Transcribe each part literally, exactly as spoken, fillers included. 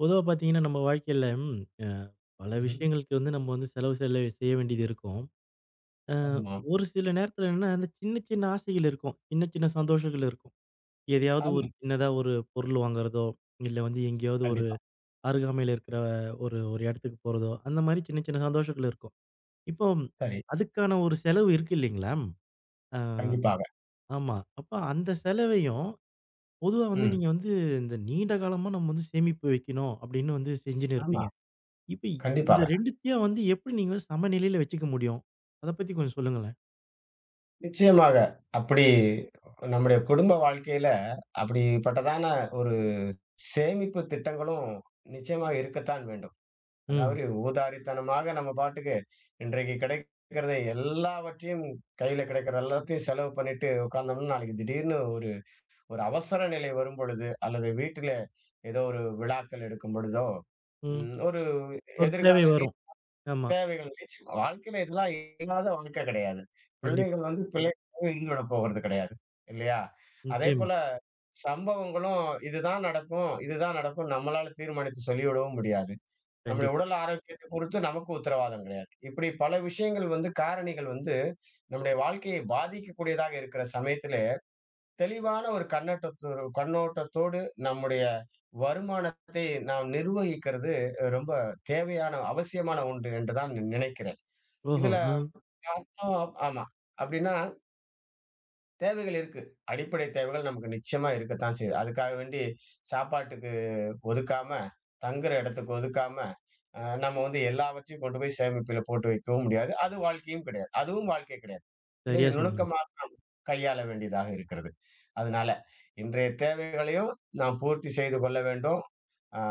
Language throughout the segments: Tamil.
பொதுவா பார்த்தீங்கன்னா, நம்ம வாழ்க்கையில ம் அ பல ம்ஹ்ம். விஷயங்களுக்கு வந்து நம்ம வந்து செலவு செல்ல செய்ய வேண்டியது இருக்கும். அ ஆமா. ஒரு சில நேரத்துல என்னன்னா, அந்த சின்ன சின்ன ஆசைகள் இருக்கும். சின்ன சின்ன சந்தோஷங்கள் இருக்கும். எதையாவது ஆமா. ஒரு சின்னதா ஒரு பொருள் வாங்குறதோ, இல்ல வந்து எங்கேயாவது ஒரு கண்டிப்பா. அருகாமையில இருக்கிற ஒரு ஒரு இடத்துக்கு போறதோ, அந்த மாரி சின்ன சின்ன சந்தோஷங்கள் இருக்கும். இப்போ சரி. அதுக்கான ஒரு செலவு இருக்கு இல்லைங்களா? அ கண்டிப்பாக. ஆமா. அப்ப அந்த செலவையும் பொதுவா வந்து ம். நீங்க வந்து இந்த நீண்ட காலமா நம்ம வந்து சேமிப்பு வைக்கணும் அப்படின்னு வந்து செஞ்சுன்னு ஆமா. இருப்பீங்க. இப்ப இ- இத கண்டிப்பாக. ரெண்டையும் வந்து எப்படி நீங்க வந்து சமநிலையில வச்சுக்க முடியும்? அத பத்தி கொஞ்சம் சொல்லுங்களேன். நிச்சயமாக. அப்படி நம்முடைய குடும்ப வாழ்க்கையில அப்படிப்பட்டதான ஒரு சேமிப்பு திட்டங்களும் நிச்சயமா இருக்கத்தான் வேண்டும். ம், அதாவது ஊதாரித்தனமாக நம்ம பாட்டுக்கு இன்றைக்கு கிடைக்கிறதை எல்லாவற்றையும் கையில கிடைக்கிற எல்லாத்தையும் செலவு பண்ணிட்டு உட்கார்ந்தோம்னா, நாளைக்கு திடீர்னு ஒரு ஒரு அவசர நிலை வரும்பொழுது, அல்லது வீட்டில ஏதோ ஒரு விழாக்கள் எடுக்கும் பொழுதோ, ம். ம் ஒரு ஒரு தேவை எதிர்கால நீ வரும். ஆமா. தேவைகள் நிச்சயமா. வாழ்க்கையில இதெல்லாம் இல்லாத வாழ்க்கை கிடையாது. கண்டிப்பா. பிள்ளைகள் வந்து பிள்ளைகளாவே ஈடுபட போறது கிடையாது. இல்லையா? நிச்சயமா. அதேபோல சம்பவங்களும் இதுதான் நடக்கும், இதுதான் நடக்கும் நம்மளால தீர்மானித்து சொல்லிவிடவும் முடியாது. நம்முடைய கண்டிப்பா. உடல் ஆரோக்கியத்தை பொறுத்து நமக்கு உத்தரவாதம் கிடையாது. இப்படி பல விஷயங்கள் வந்து காரணிகள் வந்து நம்முடைய வாழ்க்கையை பாதிக்கக்கூடியதாக இருக்கிற சமயத்திலே, தெளிவான ஒரு கண்ணோட்டத்தோடு கண்ணோட்டத்தோடு நம்முடைய வருமானத்தை நாம் நிர்வகிக்கிறது அஹ், ரொம்ப தேவையான, அவசியமான ஒன்று என்று தான் நினைக்கிறேன். ஓஹோ! இதுல ஆ. அர்த்தம் ஆமா. அப்டின்னா தேவைகள் இருக்கு. அடிப்படை தேவைகள் நமக்கு நிச்சயமா இருக்கத்தான் செய்யுது. அதுக்காக வேண்டி சாப்பாட்டுக்கு ஒதுக்காம, தங்குற இடத்துக்கு ஒதுக்காம, அ நம்ம வந்து எல்லாவற்றையும் கொண்டு போய் சேமிப்பில போட்டு வைக்கவும் முடியாது. அது வாழ்க்கையும் கிடையாது. அதுவும் வாழ்க்கை கிடையாது. இதை சரியா சொன்னீங்க. நுணுக்கமா கையாள வேண்டியதாக இருக்கிறது. அதனால இன்றைய தேவைகளையும் நாம் பூர்த்தி செய்து கொள்ள வேண்டும். அ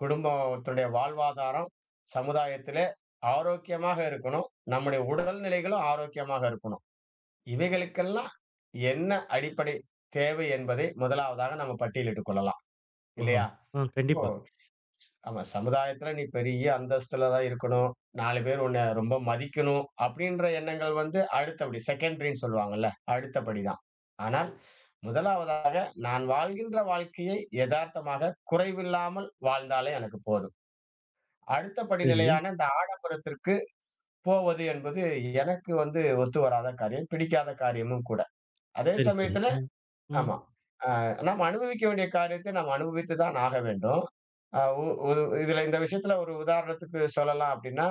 குடும்பத்தினுடைய வாழ்வாதாரம் சமுதாயத்திலே ஆரோக்கியமாக இருக்கணும். நம்முடைய உடல்நிலைகளும் ஆரோக்கியமாக இருக்கணும். இவைகளுக்கெல்லாம் என்ன அடிப்படை தேவை என்பதை முதலாவதாக நம்ம பட்டியலிட்டுக் கொள்ளலாம். ஓஹோ! இல்லையா? ஆ இப்போ கண்டிப்பா. ஆமா சமுதாயத்துல நீ பெரிய அந்தஸ்துல தான் இருக்கணும். நான்கு பேர் உன்ன ரொம்ப மதிக்கணும் அப்படின்ற எண்ணங்கள் வந்து அடுத்தபடி. செகண்டரின்னு சொல்லுவாங்கல்ல. அடுத்தபடிதான். ஆனால் முதலாவதாக நான் வாழ்கின்ற வாழ்க்கையை எதார்த்தமாக குறைவில்லாமல் வாழ்ந்தாலே எனக்கு போதும். அடுத்த சரி. படிநிலையான இந்த ஆடம்பரத்திற்கு போவது என்பது எனக்கு வந்து ஒத்து வராத காரியம். பிடிக்காத காரியமும் கூட. அதே சரி, சரி. சமயத்துல ஆ. ம். ஆமா. அ நாம் அனுபவிக்க வேண்டிய காரியத்தை நாம் அனுபவித்து தான் ஆக வேண்டும். அ உ ஒரு இதுல இந்த விஷயத்துல ஒரு உதாரணத்துக்கு சொல்லலாம் அப்படின்னா,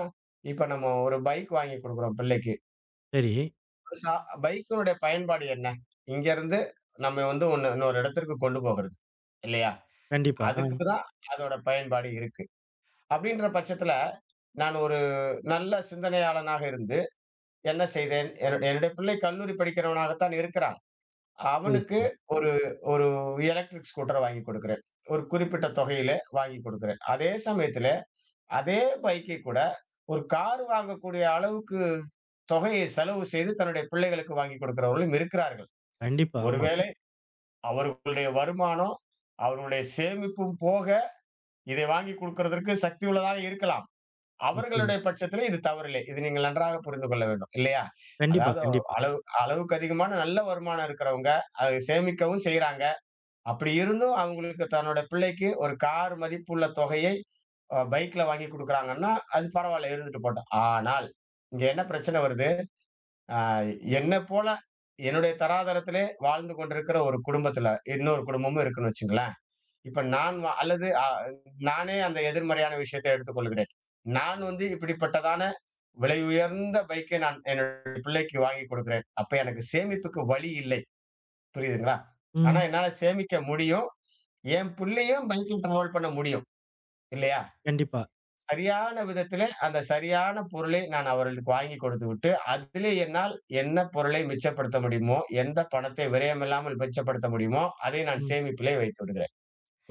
இப்ப நம்ம ஒரு பைக் வாங்கி குடுக்குறோம் பிள்ளைக்கு. சரி. ஒரு சா பைக்கினுடைய பயன்பாடு என்ன? இங்கருந்து நம்ம வந்து ஒண்ணு இன்னொரு இடத்திற்கு கொண்டு போகிறது. இல்லையா? கண்டிப்பா. ஆ. அதுக்கு தான் அதோட பயன்பாடு இருக்கு. அப்படின்ற பட்சத்துல, நான் ஒரு நல்ல சிந்தனையாளனாக இருந்து என்ன செய்தேன்? என்னுடைய என்னுடைய பிள்ளை கல்லூரி படிக்கிறவனாகத்தான் இருக்கிறான். சரி, அவனுக்கு சரி. ஒரு ஒரு எலக்ட்ரிக் ஸ்கூட்டர் வாங்கி கொடுக்கிறேன். ஒரு குறிப்பிட்ட தொகையில வாங்கி கொடுக்கிறேன். அதே சமயத்தில, அதே பைக்கை கூட ஒரு கார் வாங்கக்கூடிய அளவுக்கு தொகையை செலவு செய்து தன்னுடைய பிள்ளைகளுக்கு வாங்கி கொடுக்கிறவர்களும் இருக்கிறார்கள். கண்டிப்பா. ஆமா. ஒருவேளை அவர்களுடைய வருமானம், அவர்களுடைய சேமிப்பும் போக, இதை வாங்கி குடுக்கிறதற்கு சக்தி உள்ளதாக இருக்கலாம். நிச்சயமா. அவர்களுடைய பட்சத்தில இது தவறில்லை. இது நீங்கள் நன்றாக புரிந்து கொள்ள வேண்டும். இல்லையா? கண்டிப்பா, அதாவது கண்டிப்பா. அளவு அளவுக்கு அதிகமான நல்ல வருமானம் இருக்கிறவங்க, அதை சேமிக்கவும் செய்றாங்க. அப்படி இருந்தும் அவங்களுக்கு தன்னோட பிள்ளைக்கு ஒரு கார் மதிப்புள்ள தொகையை அ பைக்ல வாங்கி குடுக்குறாங்கன்னா, அது பரவால்ல இருந்துட்டு போட்டும். ஆனால், இங்க என்ன பிரச்சனை வருது? அ என்ன போல என்னுடைய தராதரத்திலே வாழ்ந்து கொண்டிருக்கிற ஒரு குடும்பத்தில, இன்னொரு குடும்பமும் இருக்குன்னு வச்சுங்களேன். இப்ப நான் வ அல்லது அ நானே அந்த எதிர்மறையான விஷயத்தை எடுத்துக்கொள்கிறேன். நான் வந்து இப்படிப்பட்டதான விலை உயர்ந்த பைக்கை நான் என்னுடைய பிள்ளைக்கு வாங்கி கொடுக்கிறேன். அப்ப எனக்கு சேமிப்புக்கு வழி இல்லை. புரியுதுங்களா? ஆனா ம். என்னால சேமிக்க முடியும். என் புள்ளையும் பைக்கில் ட்ராவல் பண்ண முடியும். இல்லையா? கண்டிப்பா. சரியான விதத்திலே, அந்த சரியான பொருளை நான் அவர்களுக்கு வாங்கி கொடுத்துவிட்டு, அதிலே என்னால் என்ன பொருளை மிச்சப்படுத்த முடியுமோ, எந்த பணத்தை விரயமில்லாமல் மிச்சப்படுத்த முடியுமோ, அதை நான் ம். சேமிப்பிலே வைத்து விடுகிறேன்.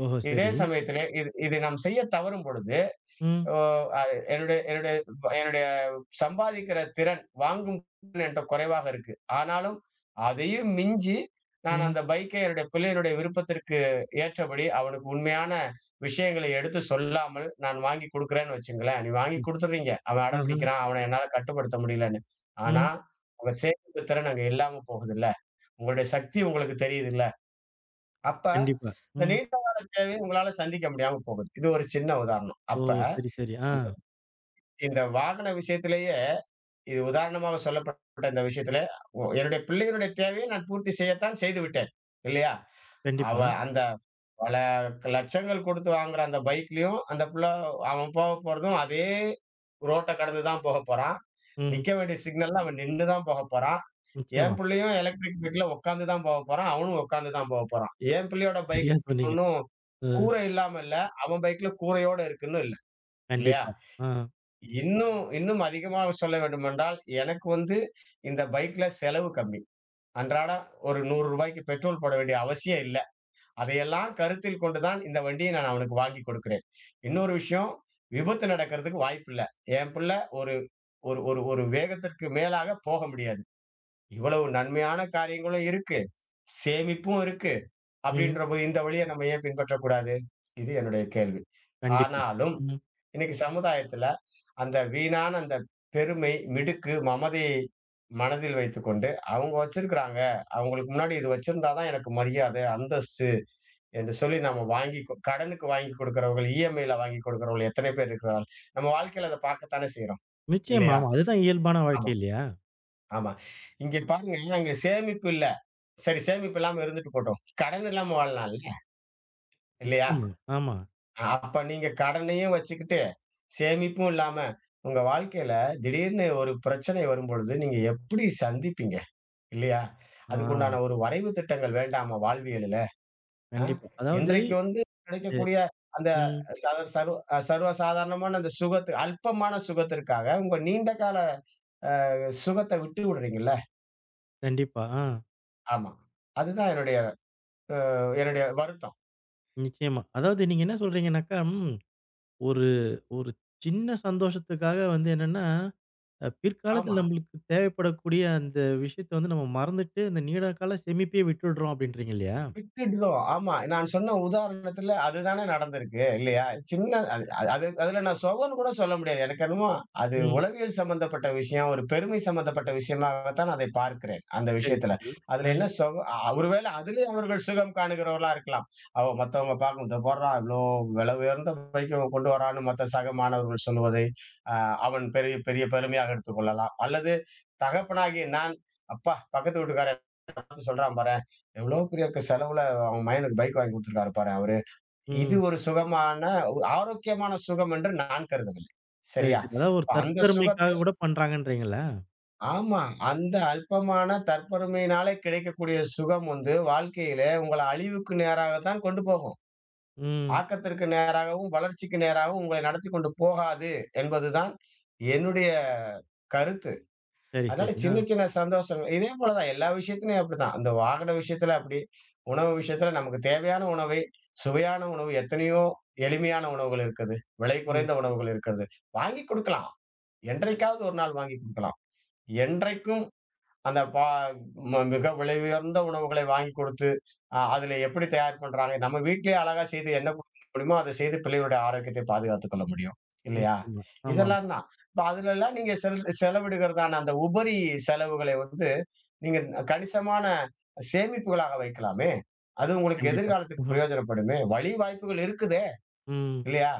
ஓஹோ! இதே சரி. சமயத்திலே, இது இது நாம் செய்ய தவறும் பொழுது ம், ஓ! அ என்னுடைய என்னுடைய என்னுடைய சம்பாதிக்கிற திறன், வாங்கும் திறன் என்ட்ட குறைவாக இருக்கு. ஆனாலும் அதையும் மிஞ்சி, நான் ம். அந்த பைக்கை என்னுடைய பிள்ளையினுடைய விருப்பத்திற்கு ஏற்றபடி, அவனுக்கு உண்மையான விஷயங்களை எடுத்து சொல்லாமல், நான் வாங்கி குடுக்குறேன்னு வச்சுங்களேன், "நீ வாங்கி ம். குடுத்துடுறீங்க. அவன் அடம் ஆஹா. பிடிக்கிறான். அவன என்னால கட்டுப்படுத்த முடியலன்னு." ஆனா, ம். உங்க சேமிப்பு திறன் அங்க இல்லாம போகுதுல்ல. உங்களுடைய சக்தி உங்களுக்கு தெரியுதுல்ல. அப்ப, கண்டிப்பா. இந்த ம். நீண்ட கால தேவையை உங்களால சந்திக்க முடியாம போகுது. இது ஒரு சின்ன உதாரணம். ஓ! அப்ப சரி, சரி. ஆ. இந்த வாகன விஷயத்திலேயே, இது உதாரணமாக சொல்லப்பட்ட இந்த விஷயத்தில, ஒ என்னுடைய பிள்ளையினுடைய தேவையை நான் பூர்த்தி செய்யத்தான் செய்து விட்டேன். இல்லையா? அவ கண்டிப்பா. அந்த பல லட்சங்கள் கொடுத்து வாங்குற அந்த பைக்லயும், அந்த புள்ள அவன் போக போறதும் அதே ரோட்ட கடந்து தான் போகப் போறான். ம். நிக்க வேண்டிய சிக்னல்ல அவன் நின்னு தான் போகப் போறான். என் நிச்சயமா. புள்ளையும் எலக்ட்ரிக் பைக்ல உட்கார்ந்து தான் போகப் போறான். அவனும் உட்கார்ந்து தான் போகப் போறான். என் பிள்ளையோட பைக் சரியா சொன்னீங்க. ஒண்ணும் அ கூரை இல்லாம இல்ல. அவன் பைக்ல கூரையோட இருக்குன்னு இல்ல. இல்லையா? கண்டிப்பா. ஆ. இன்னும் இன்னும் அதிகமாக சொல்ல வேண்டுமென்றால், எனக்கு வந்து இந்த பைக்ல செலவு கம்மி. அன்றாடம் ஒரு ரூ. நூறு பெட்ரோல் போட வேண்டிய அவசியம் இல்ல. அதையெல்லாம் கருத்தில் கொண்டு தான் இந்த வண்டியை நான் அவனுக்கு வாங்கி கொடுக்கிறேன். இன்னொரு விஷயம், விபத்து நடக்கிறதுக்கு வாய்ப்பில்ல. என் பிள்ள ஒரு ஒரு ஒரு ஒரு வேகத்திற்கு மேலாக போக முடியாது. இவ்வளவு நன்மையான காரியங்களும் இருக்கு. சேமிப்பும் இருக்கு. ம். அப்படின்றபோது இந்த வழிய நம்ம ஏன் பின்பற்றக்கூடாது? இது என்னுடைய கேள்வி. கண்டிப்பா. ஆனாலும் ம். இன்னைக்கு சமுதாயத்துல அந்த வீணான அந்த பெருமை, மிடுக்கு, மமதையை மனதில் வைத்துக்கொண்டு, அவங்க வச்சிருக்கிறாங்க. அவங்களுக்கு முன்னாடி இது வச்சிருந்தா தான் எனக்கு மரியாதை, அந்தஸ்து என்று சொல்லி நம்ம வாங்கி கொ கடனுக்கு வாங்கி கொடுக்கிறவர்கள், இஎம்ஐல வாங்கி கொடுக்கிறவர்கள் எத்தனை பேர் இருக்கிறார்கள்? நம்ம வாழ்க்கையில அத பார்க்கத்தானே செய்றோம். நிச்சயமா. இல்லையா? ஆமா. அதுதான் இயல்பான ஆமா, வாழ்க்கை இல்லையா? ஆமா. இங்க பாருங்க, அங்க சேமிப்பு இல்ல. சரி சேமிப்பு இல்லாம இருந்துட்டு போட்டும். கடன் இல்லாம வாழலாம்ல. இல்லையா? நிச்சயமா. ஆமா. அ அப்ப நீங்க கடனையும் வச்சுக்கிட்டு, சேமிப்பும் இல்லாம, உங்க வாழ்க்கையில திடீர்னு ஒரு பிரச்சனை வரும்பொழுது, நீங்க எப்படி சந்திப்பீங்க? இல்லையா? ஆ அதுக்குண்டான ஒரு வரைவு திட்டங்கள் வேண்டாமா வாழ்வியலுல? அ கண்டிப்பா. அதாவது இன்றைக்கு வந்து அ கிடைக்கக்கூடிய அந்த ம். சர்வ சர்வ அ சர்வசாதாரணமான அந்த சுகத்து அல்பமான சுகத்திற்காக உங்க நீண்ட கால அ சுகத்த விட்டு விடுறீங்கல்ல. கண்டிப்பா. ஆ ஆமா. அதுதான் என்னுடைய அ என்னுடைய வருத்தம். நிச்சயமா. அதாவது நீங்க என்ன சொல்றீங்கனாக்கா, ம் ஒரு ஒரு சின்ன சந்தோஷத்துக்காக வந்து என்னன்னா, அ பிற்காலத்துல ஆமா. நம்மளுக்கு தேவைப்படக்கூடிய அந்த விஷயத்த வந்து நம்ம மறந்துட்டு, இந்த நீண்ட கால சேமிப்பையே விட்டுடுறோம் அப்படின்றீங்க இல்லையா? விட்டுடுறோம். ஆமா. நான் சொன்ன உதாரணத்துல அதுதானே நடந்திருக்கு. இல்லையா? சின்ன அது அது அதுல நான் சொகன்னு கூட சொல்ல முடியாது. எனக்கு என்னமோ அது ம். உளவியல் சம்பந்தப்பட்ட விஷயம், ஒரு பெருமை சம்பந்தப்பட்ட விஷயமாகத்தான் நான் அதை பார்க்கிறேன். அந்த சரி, விஷயத்துல. சரி. ஆ. அதுல என்ன சொக அ ஒருவேளை அதிலே அவர்கள் சுகம் காணுகிறவர்களா இருக்கலாம். அவ மத்தவங்க பார்க்கும். "இதோ பார்றா! இவ்ளோ விலை உயர்ந்த பைக் அவன் கொண்டு வரான்னு" மத்த சக மாணவர்கள் சொல்வதை, அ அவன் பெரிய பெரிய பெருமையாக எடுத்துக் கொள்ளலாம். அல்லது தகப்பனாகிய நான், "அப்பா! பக்கத்து வீட்டுக்காரன் பார்த்து சொல்றான் பாரேன். எவ்ளோ பெரிய க செலவுல அவன் மகனுக்கு பைக் வாங்கி குடுத்துருக்காரு பாரேன் அவரு. இது ம். ஒரு சுகமான ஒரு ஆரோக்கியமான சுகம் என்று நான் கருதவில்லை. சரி, சரியா? சரி. அதாவது ஒரு அப்ப அந்த சுகத்தை தற்பெருமைக்காக கூட பண்றாங்கன்றீங்களா? ஆமா. அந்த அல்பமான தற்பெருமையினாலே கிடைக்கக்கூடிய சுகம் வந்து வாழ்க்கையிலே உங்கள அழிவுக்கு நேராகத்தான் கொண்டு போகும். ம். ஆக்கத்திற்கு நேராகவும், வளர்ச்சிக்கு நேராகவும் உங்களை நடத்திக் கொண்டு போகாது என்பதுதான் என்னுடைய கருத்து. சரி, அதனால சரி. ஆ. சின்ன சின்ன சந்தோஷங்கள் இதே போலதான் எல்லா விஷயத்துலயும் அப்படிதான். அந்த வாகன விஷயத்துல அப்படி, உணவு விஷயத்துல நமக்கு தேவையான உணவை, சுவையான உணவு எத்தனையோ எளிமையான உணவுகள் இருக்குது. விலை ம். குறைந்த உணவுகள் இருக்கிறது. வாங்கி குடுக்கலாம். என்றைக்காவது ஒரு நாள் வாங்கி குடுக்கலாம். என்றைக்கும் அந்த பா ம மிக விலை உயர்ந்த உணவுகளை வாங்கி கொடுத்து, அ அதில எப்படி தயார் பண்றாங்க? நம்ம வீட்லயே அழகா செய்து என்ன குடுக்க முடியுமோ, அத செய்து பிள்ளைகளுடைய ஆரோக்கியத்தை பாதுகாத்துக் கொள்ள முடியும். இல்லையா? நிச்சயமா. இதெல்லாம் ஆமாமா. தான். இப்ப அதுலலாம் நீங்க செல் செலவிடுகிறதான அந்த உபரி செலவுகளை வந்து, நீங்க கணிசமான சேமிப்புகளாக வைக்கலாமே! அது உங்களுக்கு கண்டிப்பா. எதிர்காலத்துக்கு ம்ஹ்ம். பிரயோஜனப்படுமே! வழி வாய்ப்புகள் இருக்குதே! ம். இல்லையா?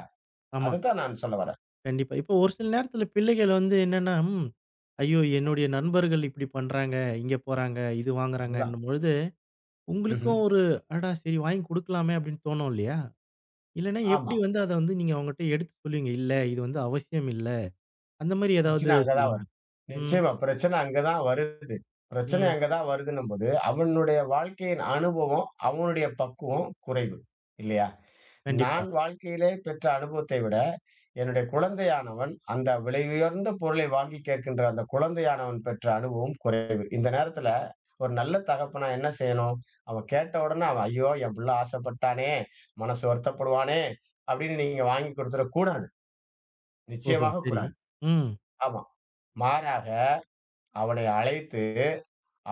ஆமா. அதத்தான் நான் சொல்ல வரேன். கண்டிப்பா. இப்போ ஒரு சில நேரத்தில பிள்ளைகள் வந்து என்னன்னா, ம். ஐயோ! என்னுடைய நண்பர்கள் இப்படி பண்றாங்க, இங்க போறாங்க, இது அதுதான். வாங்குறாங்கன்னும் பொழுது, ம்ஹ்ம். உங்களுக்கும் ஒரு அடடா! சரி வாங்கி குடுக்கலாமே அப்படின்னு தோணும் இல்லையா? இல்லன்னா ஆமா. எப்படி வந்து அத வந்து நீங்க அவங்கட்ட எடுத்து சொல்லுவீங்க? இல்ல இது வந்து அவசியம் இல்ல. அந்த மாரி ஏதாவது பிரச்சனை அங்க தான் சொல்லுங்க. வருது. ம். நிச்சயமா பிரச்சனை அங்க தான் வருது. பிரச்சனை ம். அங்க தான் வருதுன்னும்போது, அவனுடைய வாழ்க்கையின் அனுபவம், அவனுடைய பக்குவம் குறைவு. இல்லையா? கண்டிப்பா. நான் வாழ்க்கையிலே பெற்ற அனுபவத்தை விட, என்னுடைய குழந்தையானவன், அந்த விலை உயர்ந்த பொருளை வாங்கி கேட்கின்ற அந்த குழந்தையானவன் பெற்ற அனுபவம் குறைவு. இந்த நேரத்துல ஒரு நல்ல தகப்பனா என்ன செய்யணும்? அவன் கேட்ட உடனே அவன், "ஐயோ! என் புள்ள ஆசைப்பட்டானே! மனசு வருத்தப்படுவானே!" அப்படின்னு நீங்க வாங்கி குடுத்துற கூடாது. ஓஹோ! நிச்சயமாக சரி. கூடாது. ம். ஆமா. மாறாக அவனை அழைத்து,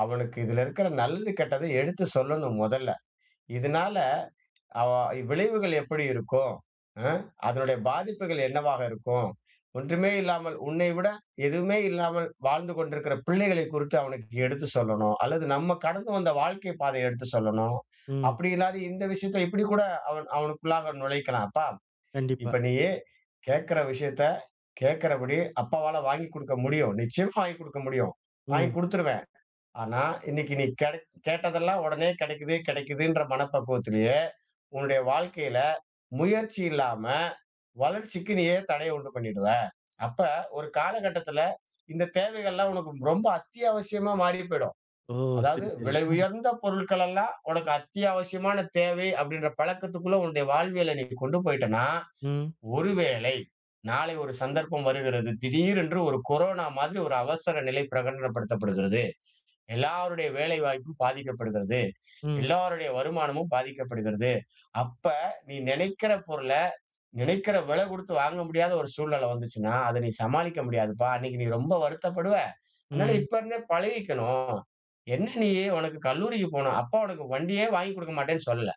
அவனுக்கு இதுல இருக்கிற நல்லது, கெட்டத எடுத்து சொல்லணும் முதல்ல. இதனால அவ விளைவுகள் எப்படி இருக்கும்? அ அதனுடைய பாதிப்புகள் என்னவாக இருக்கும்? ஒன்றுமே இல்லாமல் உன்னை விட எதுவுமே இல்லாமல் வாழ்ந்து கொண்டிருக்கிற பிள்ளைகளை குறித்து அவனுக்கு எடுத்து சொல்லணும். அல்லது நம்ம கடந்து வந்த வாழ்க்கை பாதைய எடுத்து சொல்லணும். ம். அப்படி இல்லாது இந்த விஷயத்த இப்படி கூட அவன் அவனுக்குள்ளாக நுழைக்கலாம். "அப்பா, கண்டிப்பா. இப்ப நீ கேட்கிற விஷயத்த கேட்கிறபடி அப்பாவால வாங்கி குடுக்க முடியும். நிச்சயமா வாங்கி குடுக்க முடியும். வாங்கி ம். குடுத்துருவேன்." ஆனா, இன்னைக்கு நீ கெடக் கேட்டதெல்லாம் உடனே கிடைக்குது, கிடைக்குதுன்ற மனப்பக்குவத்திலேயே, உன்னுடைய வாழ்க்கையில முயற்சி இல்லாம, வளர்ச்சிக்கு நீயே தடைய உண்டு பண்ணிடுவ. அப்ப ஒரு காலகட்டத்தில இந்த தேவைகள்லாம் உனக்கு ரொம்ப அத்தியாவசியமா மாறி போயிடும். ஓ! அதாவது சரி, சரி. விலை ஆ. உயர்ந்த பொருட்கள் எல்லாம் உனக்கு அத்தியாவசியமான தேவை அப்படின்ற பழக்கத்துக்குள்ள உன்னுடைய வாழ்வியல நீ கொண்டு போயிட்டன்னா, ம். ஒருவேளை நாளை ஒரு சந்தர்ப்பம் வருகிறது. திடீரென்று ஒரு கொரோனா மாதிரி ஒரு அவசர நிலை பிரகடனப்படுத்தப்படுகிறது. எல்லாருடைய வேலை வாய்ப்பும் பாதிக்கப்படுகிறது. ம். எல்லாருடைய வருமானமும் பாதிக்கப்படுகிறது. அப்ப நீ நினைக்கிற பொருள, நினைக்கிற விலை குடுத்து வாங்க முடியாத ஒரு சூழ்நிலை வந்துச்சுன்னா, அத நீ சமாளிக்க முடியாதுப்பா. அன்னைக்கு நீ ரொம்ப வருத்தப்படுவ. அதனால ம். இப்ப இருந்தே பழகிக்கணும். என்ன நீ உனக்கு கல்லூரிக்கு போணும். அப்பா உனக்கு வண்டியே வாங்கி குடுக்க மாட்டேன்னு சொல்லல.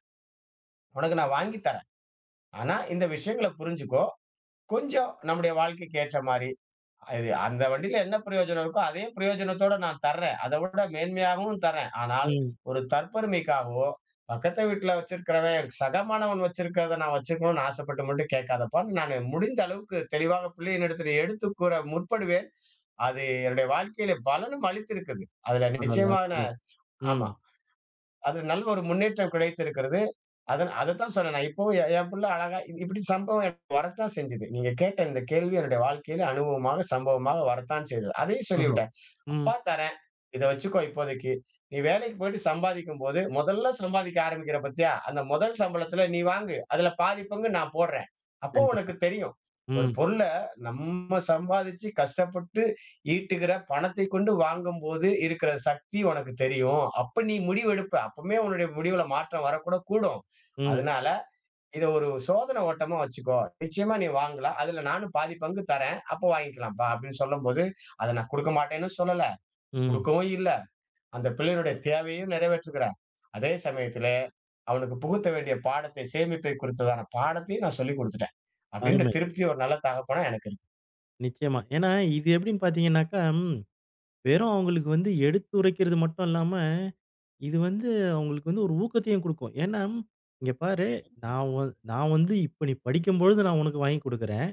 உனக்கு நான் வாங்கி தரேன். ஆனா இந்த விஷயங்கள புரிஞ்சுக்கோ. கொஞ்சம் நம்முடைய வாழ்க்கைக்கு ஏற்ற மாரி இது அந்த வண்டியில என்ன பிரயோஜனம் இருக்கோ, அதே பிரயோஜனத்தோட நான் தர்றேன். அத விட மேன்மையாகவும் தர்றேன். ஆனால், ம். ஒரு தற்பெருமைக்காகவோ, பக்கத்து வீட்ல வச்சிருக்கிறவன் சக மாணவன் வச்சிருக்கிறத நான் வச்சுக்கணும்னு ஆசைப்பட்டு மட்டும் கேட்காதப்பான்னு, நானு முடிந்த அளவுக்கு தெளிவாக பிள்ளையினிடத்திலே எடுத்துக் கூற முற்படுவேன். அது என்னுடைய வாழ்க்கையில பலனும் அளித்திருக்குது. அதுல பரவால்ல. நிச்சயமான அற்புதம். ம். ஆமா. அதுல நல்ல ஒரு முன்னேற்றம் கிடைத்திருக்கிறது. அதன் அதத்தான் சொன்னேன் நான். இப்பவும் என் என் பிள்ளை அழகா இ இப்படி சம்பவம் எனக்கு வரத்தான் செஞ்சது. நீங்க கேட்ட இந்த கேள்வி என்னுடைய வாழ்க்கையில அனுபவமாக, சம்பவமாக வரத்தான் செய்தது. அதையும் ஓஹோ! சொல்லிவிட்டேன். ம். "அப்பா தரேன். இத வச்சுக்கோ இப்போதைக்கு. நீ வேலைக்கு போயிட்டு சம்பாதிக்கும்போது, முதல்ல சம்பாதிக்க ஆரம்பிக்கிற பாத்தியா? அந்த முதல் சம்பளத்துல நீ வாங்கு. அதுல பாதி பங்கு நான் போடுறேன். அப்போ கண்டிப்பா. உனக்கு தெரியும். ஒரு ம். பொருள நம்ம சம்பாதிச்சு கஷ்டப்பட்டு ஈட்டுகிற பணத்தை கொண்டு வாங்கும்போது இருக்கிற சக்தி உனக்கு தெரியும். அப்ப நீ முடிவெடுப்ப. அப்பவுமே உன்னுடைய முடிவுல மாற்றம் வரக்கூட கூடும். ம். அதனால இத ஒரு சோதனை ஓட்டமா வச்சுக்கோ. நிச்சயமா நீ வாங்கலாம். அதுல நானும் பாதி பங்கு தரேன். அப்ப வாங்கிக்கலாம்ப்பா அப்படின்னு சொல்லும்போது, அத நான் குடுக்க மாட்டேன்னு சொல்லல. ம். குடுக்கவும் இல்ல. அந்த பிள்ளையினுடைய தேவையும் நிறைவேற்றுகிறேன். அதே சமயத்திலே, அவனுக்கு புகுத்த வேண்டிய பாடத்தை சேமிப்பை குறித்ததான பாடத்தையும் நான் சொல்லிக் குடுத்துட்டேன். அப்படின்ற அருமை. திருப்தி ஒரு நல்ல தகப்பனா எனக்கு இருக்கு. நிச்சயமா. ஏன்னா இது எப்படின்னு பார்த்தீங்கன்னாக்கா, ம் வெறும் அவங்களுக்கு வந்து எடுத்துரைக்கிறது மட்டும் இல்லாம, இது வந்து அவங்களுக்கு வந்து ஒரு ஊக்கத்தையும் குடுக்கும். ஏன்னா, "இங்க பாரு, நான் வ நான் வந்து இப்ப நீ படிக்கும்பொழுது நான் உனக்கு வாங்கி குடுக்குறேன்.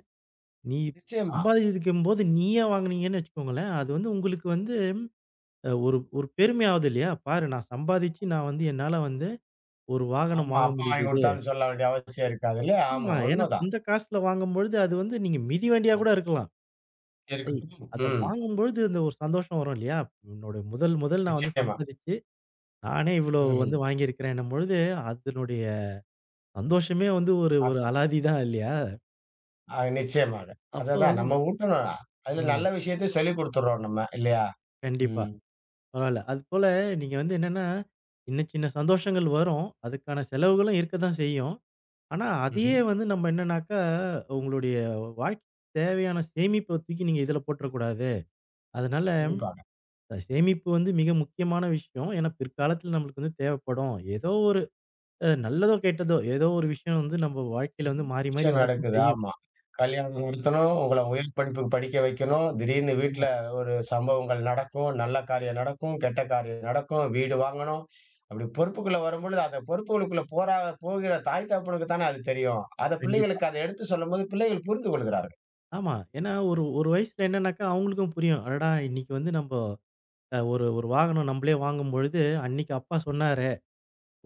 நீ நிச்சயமா. சம்பாதிக்கும்போது நீயே வாங்குனீங்கன்னு வச்சுக்கோங்களேன், அது வந்து உங்களுக்கு வந்து அ ஒரு ஒரு பெருமை ஆவுது இல்லையா? பாரு நான் சம்பாதிச்சு நான் வந்து என்னால வந்து ஒரு வாகனம் ஆமா. வாங்க அப்பா வாங்கி முடியுது." குடுத்தாருன்னு சொல்ல வேண்டிய அவசியம் இருக்காது இல்லையா? ஆமா ஆமா. ஏன்னா உண்மதான். சொந்த காசுல வாங்கும்பொழுது, அது வந்து நீங்க மிதிவண்டியா ம். கூட இருக்கலாம். ஐ இருக்கட்டும். அத ம். வாங்கும்பொழுது அந்த ஒரு சந்தோஷம் வரும் இல்லையா? என்னோட முதல் முதல் நான் வந்து நிச்சயமா. சம்பாதிச்சு, நானே இவ்ளோ ம்ஹ்ம். வந்து வாங்கியிருக்கிறேன்னும் பொழுது, அதனுடைய சந்தோஷமே வந்து ஒரு ஒரு அ. அலாதி தான் இல்லையா? அ நிச்சயமாக. அப்போ அததான் நம்ம ஊட்டணும். அதுல நல்ல ம். விஷயத்தையும் சொல்லிக் குடுத்துர்றோம் நம்ம இல்லையா? கண்டிப்பா. ம். பரவால்ல. அதுபோல நீங்க வந்து என்னன்னா, சின்ன சின்ன சந்தோஷங்கள் வரும். அதுக்கான செலவுகளும் இருக்க தான் செய்யும். ஆனா, அதையே ம்ஹ்ம். வந்து நம்ம என்னன்னாக்கா, உங்களுடைய வாழ்க்கைக்கு தேவையான சேமிப்ப தூக்கி நீங்க இதுல போட்டுறக்கூடாது. அதனால கண்டிப்பாக. அஹ் சேமிப்பு வந்து மிக முக்கியமான விஷயம். ஏன்னா பிற்காலத்துல நம்மளுக்கு வந்து தேவைப்படும். ஏதோ ஒரு அ நல்லதோ, கெட்டதோ ஏதோ ஒரு விஷயம் வந்து நம்ம வாழ்க்கையில நிறைய வந்து மாறி, மாறி விஷயம் வரத்தான் நடக்குது. செய்யும். ஆமா. கல்யாணம் நிறுத்தணும், உங்கள உயர் படிப்புக்கு படிக்க வைக்கணும். திடீர்னு ஆமா, வீட்ல ஒரு சம்பவங்கள் நடக்கும். நல்ல காரியம் நடக்கும், கெட்ட காரியம் நடக்கும். வீடு வாங்கணும். அப்படி பொறுப்புக்குள்ள வரும்பொழுது, அந்த பொறுப்புகளுக்குள்ள போறா போகிற தாய் தகப்பனுக்கு தானே அது தெரியும். அத கண்டிப்பா. பிள்ளைகளுக்கு அத எடுத்து சொல்லும்போது, பிள்ளைகள் புரிந்து கொள்கிறார்கள். ஆமா. ஏன்னா ஒரு ஒரு வயசுல என்னன்னாக்கா அவங்களுக்கும் புரியும். அடடா! இன்னைக்கு வந்து நம்ப அ ஒரு ஒரு வாகனம் நம்பளே வாங்கும்பொழுது, அன்னைக்கு அப்பா சொன்னாரே!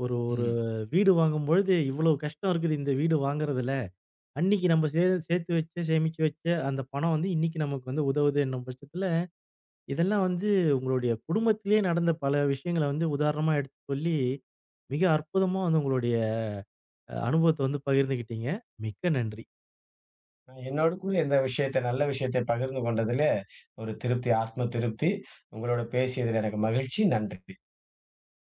ஒரு ஒரு ம். வீடு வாங்கும்பொழுது இவ்வளோ கஷ்டம் இருக்குது இந்த வீடு வாங்குறதுல. அன்னைக்கு நம்ம சே சேர்த்து வச்ச, சேமிச்சு வச்ச அந்த பணம் வந்து இன்னைக்கு நமக்கு வந்து உதவுது என்னும் பட்சத்துல இதெல்லாம் வந்து உங்களுடைய குடும்பத்திலேயே நடந்த பல விஷயங்கள வந்து உதாரணமா எடுத்து சொல்லி, மிக அற்புதமா வந்து உங்களுடைய அ அனுபவத்த வந்து பகிர்ந்துகிட்டீங்க. மிக்க நன்றி. நான் என்னோடு கூட இந்த விஷயத்த நல்ல விஷயத்தை பகிர்ந்து கொண்டதிலே ஒரு திருப்தி, ஆத்ம திருப்தி. உங்களோட பேசியதில் எனக்கு மகிழ்ச்சி. நன்றி.